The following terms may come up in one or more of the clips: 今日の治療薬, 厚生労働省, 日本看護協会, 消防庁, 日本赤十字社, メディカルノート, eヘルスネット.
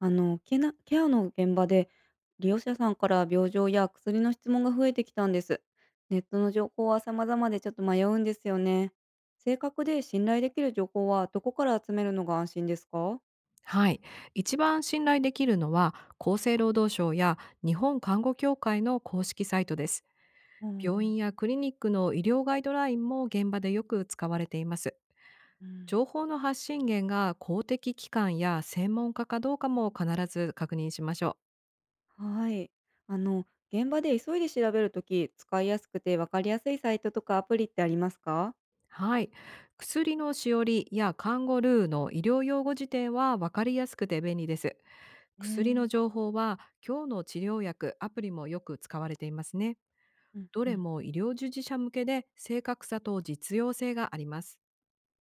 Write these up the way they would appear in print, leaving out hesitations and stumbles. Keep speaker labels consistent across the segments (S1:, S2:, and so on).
S1: あの、ケナケアの現場で、利用者さんから病状や薬の質問が増えてきたんです。ネットの情報は様々でちょっと迷うんですよね。正確で信頼できる情報はどこから集めるのが安心ですか？
S2: はい。一番信頼できるのは、厚生労働省や日本看護協会の公式サイトです。
S1: う
S2: 病院
S1: ん、
S2: やクリニックの医療ガイドラインも現場でよく使われています。
S1: うん、
S2: 情報の発信源が公的機関や専門家かどうかも必ず確認しましょう。
S1: はい。あの、現場で急いで調べるとき、使いやすくて分かりやすいサイトとかアプリってありますか？
S2: はい。薬のしおりや看護ルーの医療用語辞典は分かりやすくて便利です。
S1: ね
S2: 薬の情
S1: え。
S2: 報は今日の治療薬、アプリもよく使われていますね。
S1: うん
S2: ど
S1: う
S2: れ
S1: ん。
S2: も医療従事者向けで正確さと実用性があります。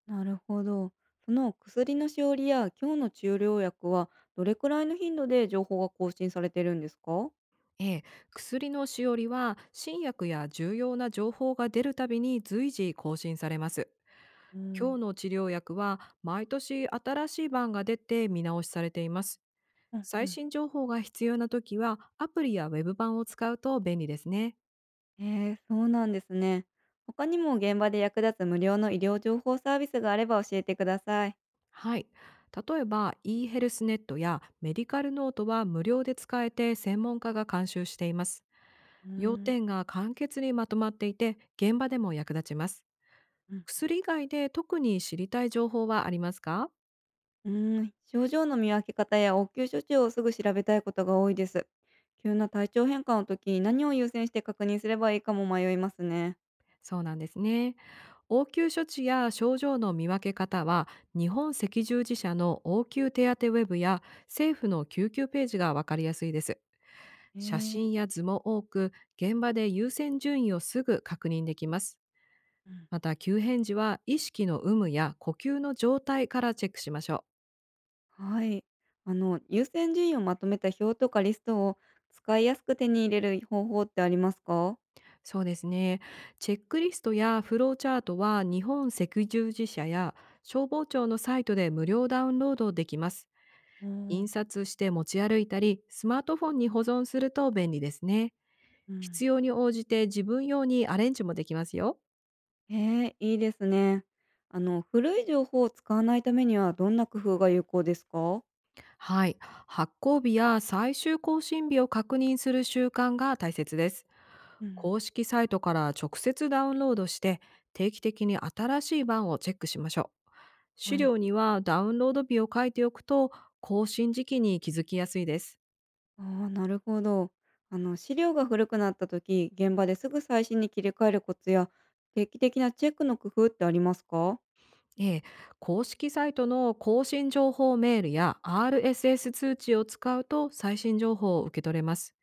S1: なるほど。その薬のしおりや今日の治療薬はどれくらいの頻度で情報が更新されてるんですか？
S2: ええ、薬のしおりは新薬や重要な情報が出るたびに随時更新されます。
S1: う
S2: 今日
S1: ん、
S2: の治療薬は毎年新しい版が出て見直しされています。
S1: おーうん
S2: 最
S1: うん、
S2: 新情報が必要な時はアプリやウェブ版を使うと便利ですね。
S1: へえ、そうなんですね。他にも現場で役立つ無料の医療情報サービスがあれば教えてください。
S2: はい。例えば e ヘルスネットやメディカルノートは無料で使えて専門家が監修しています。
S1: うー
S2: 要
S1: ん、
S2: 点が簡潔にまとまっていて現場でも役立ちます。
S1: うん、
S2: 薬以外で特に知りたい情報はありますか？
S1: うーん、症状の見分け方や応急処置をすぐ調べたいことが多いです。急な体調変化の時、何を優先して確認すればいいかも迷いますね。
S2: そうなんですね。応急処置や症状の見分け方は、日本赤十字社の応急手当ウェブや政府の救急ページがわかりやすいです。
S1: へ
S2: 写
S1: え。
S2: 真や図も多く、現場で優先順位をすぐ確認できます。
S1: うん。
S2: また、急変時は意識の有無や呼吸の状態からチェックしましょう。
S1: はい。優先順位をまとめた表とかリストを使いやすく手に入れる方法ってありますか？
S2: そうですね。チェックリストやフローチャートは日本赤十字社や消防庁のサイトで無料ダウンロードできます。
S1: う
S2: 印
S1: ん、
S2: 刷して持ち歩いたり、スマートフォンに保存すると便利ですね。
S1: うん。
S2: 必要に応じて自分用にアレンジもできますよ。
S1: へえ、いいですね。古い情報を使わないためにはどんな工夫が有効ですか？
S2: はい。発行日や最終更新日を確認する習慣が大切です。
S1: うん、
S2: 公式サイトから直接ダウンロードして、定期的に新しい版をチェックしましょう。資
S1: はい。
S2: 料にはダウンロード日を書いておくと、更新時期に気づきやすいです。
S1: ああ、なるほど。資料が古くなった時、現場ですぐ最新に切り替えるコツや、定期的なチェックの工夫ってありますか？
S2: ええ、公式サイトの更新情報メールや RSS 通知を使うと最新情報を受け取れます。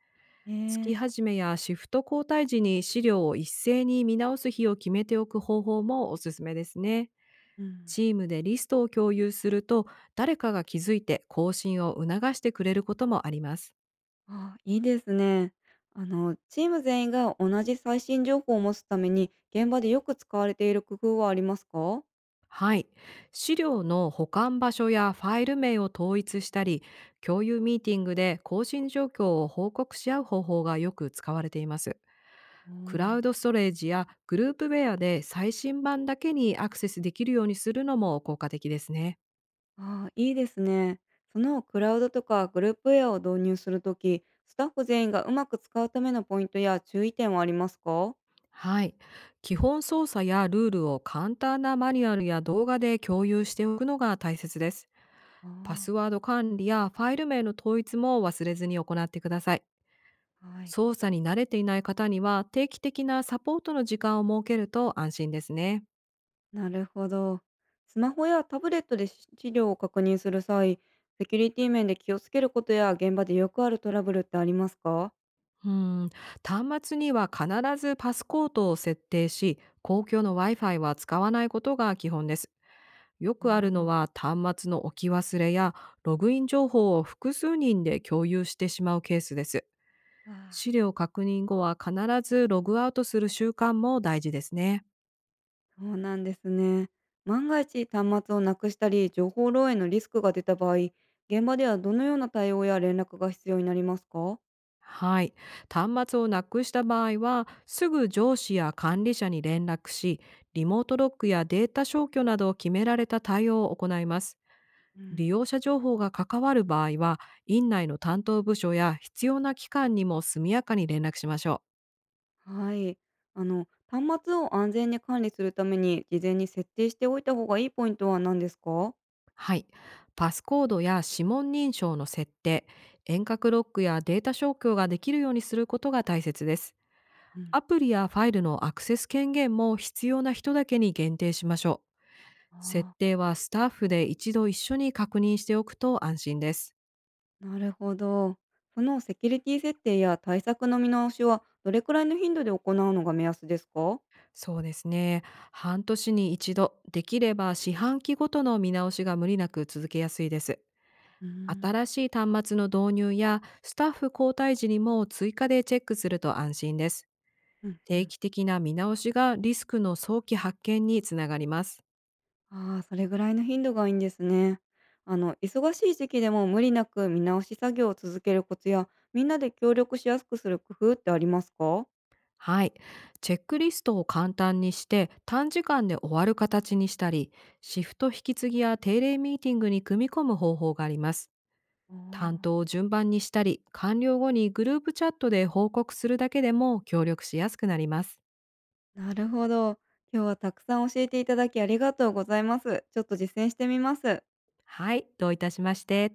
S1: え
S2: 月
S1: え。
S2: 始めやシフト交代時に資料を一斉に見直す日を決めておく方法もおすすめですね。
S1: うん。
S2: チームでリストを共有すると、誰かが気づいて更新を促してくれることもあります。
S1: あ、いいですね。チーム全員が同じ最新情報を持つために、現場でよく使われている工夫はありますか？
S2: はい。資料の保管場所やファイル名を統一したり、共有ミーティングで更新状況を報告し合う方法がよく使われています。
S1: お
S2: クラウ
S1: ー。
S2: ドストレージやグループウェアで最新版だけにアクセスできるようにするのも効果的ですね。
S1: ああ、いいですね。そのクラウドとかグループウェアを導入するとき、スタッフ全員がうまく使うためのポイントや注意点はありますか？
S2: はい。基本操作やルールを簡単なマニュアルや動画で共有しておくのが大切です。
S1: あ
S2: パ
S1: あ
S2: ス
S1: ー。
S2: ワード管理やファイル名の統一も忘れずに行ってください。
S1: はい。
S2: 操作に慣れていない方には、定期的なサポートの時間を設けると安心ですね。
S1: なるほど。スマホやタブレットで資料を確認する際、セキュリティ面で気をつけることや現場でよくあるトラブルってありますか？
S2: うん、端末には必ずパスコードを設定し、公共の Wi-Fi は使わないことが基本です。よ
S1: う
S2: くあるの
S1: ん。
S2: は、端末の置き忘れやログイン情報を複数人で共有してしまうケースです。
S1: あ
S2: 資
S1: ー。
S2: 料確認後は必ずログアウトする習慣も大事ですね。
S1: そうなんですね。万が一端末をなくしたり情報漏洩のリスクが出た場合、現場ではどのような対応や連絡が必要になりますか？
S2: はい。端末をなくした場合は、すぐ上司や管理者に連絡し、リモートロックやデータ消去など、を決められた対応を行います。
S1: う
S2: 利
S1: ん、
S2: 用者情報が関わる場合は、院内の担当部署や必要な機関にも速やかに連絡しましょう。
S1: はい。端末を安全に管理するために事前に設定しておいた方がいいポイントは何ですか？
S2: はい。パスコードや指紋認証の設定、遠隔ロックやデータ消去ができるようにすることが大切です。
S1: うん、
S2: アプリやファイルのアクセス権限も、必要な人だけに限定しましょう。設
S1: あ
S2: 定はスタッフで一度一緒に確認しておくと安心です。
S1: あ、なるほど。そのセキュリティ設定や対策の見直しはどれくらいの頻度で行うのが目安ですか？
S2: そうですね。半年に一度、できれば四半期ごとの見直しが無理なく続けやすいです。
S1: うーん、
S2: 新しい端末の導入やスタッフ交代時にも追加でチェックすると安心です。
S1: うんう
S2: 定
S1: ん。
S2: 期的な見直しがリスクの早期発見につながります。
S1: ああ、それぐらいの頻度がいいんですね。忙しい時期でも無理なく見直し作業を続けるコツや、みんなで協力しやすくする工夫ってありますか？
S2: はい。チェックリストを簡単にして短時間で終わる形にしたり、シフト引き継ぎや定例ミーティングに組み込む方法があります。担
S1: ああ。
S2: 当を順番にしたり、完了後にグループチャットで報告するだけでも協力しやすくなります。
S1: なるほど。今日はたくさん教えていただきありがとうございます。ちょっと実践してみます。
S2: はい。どういたしまして。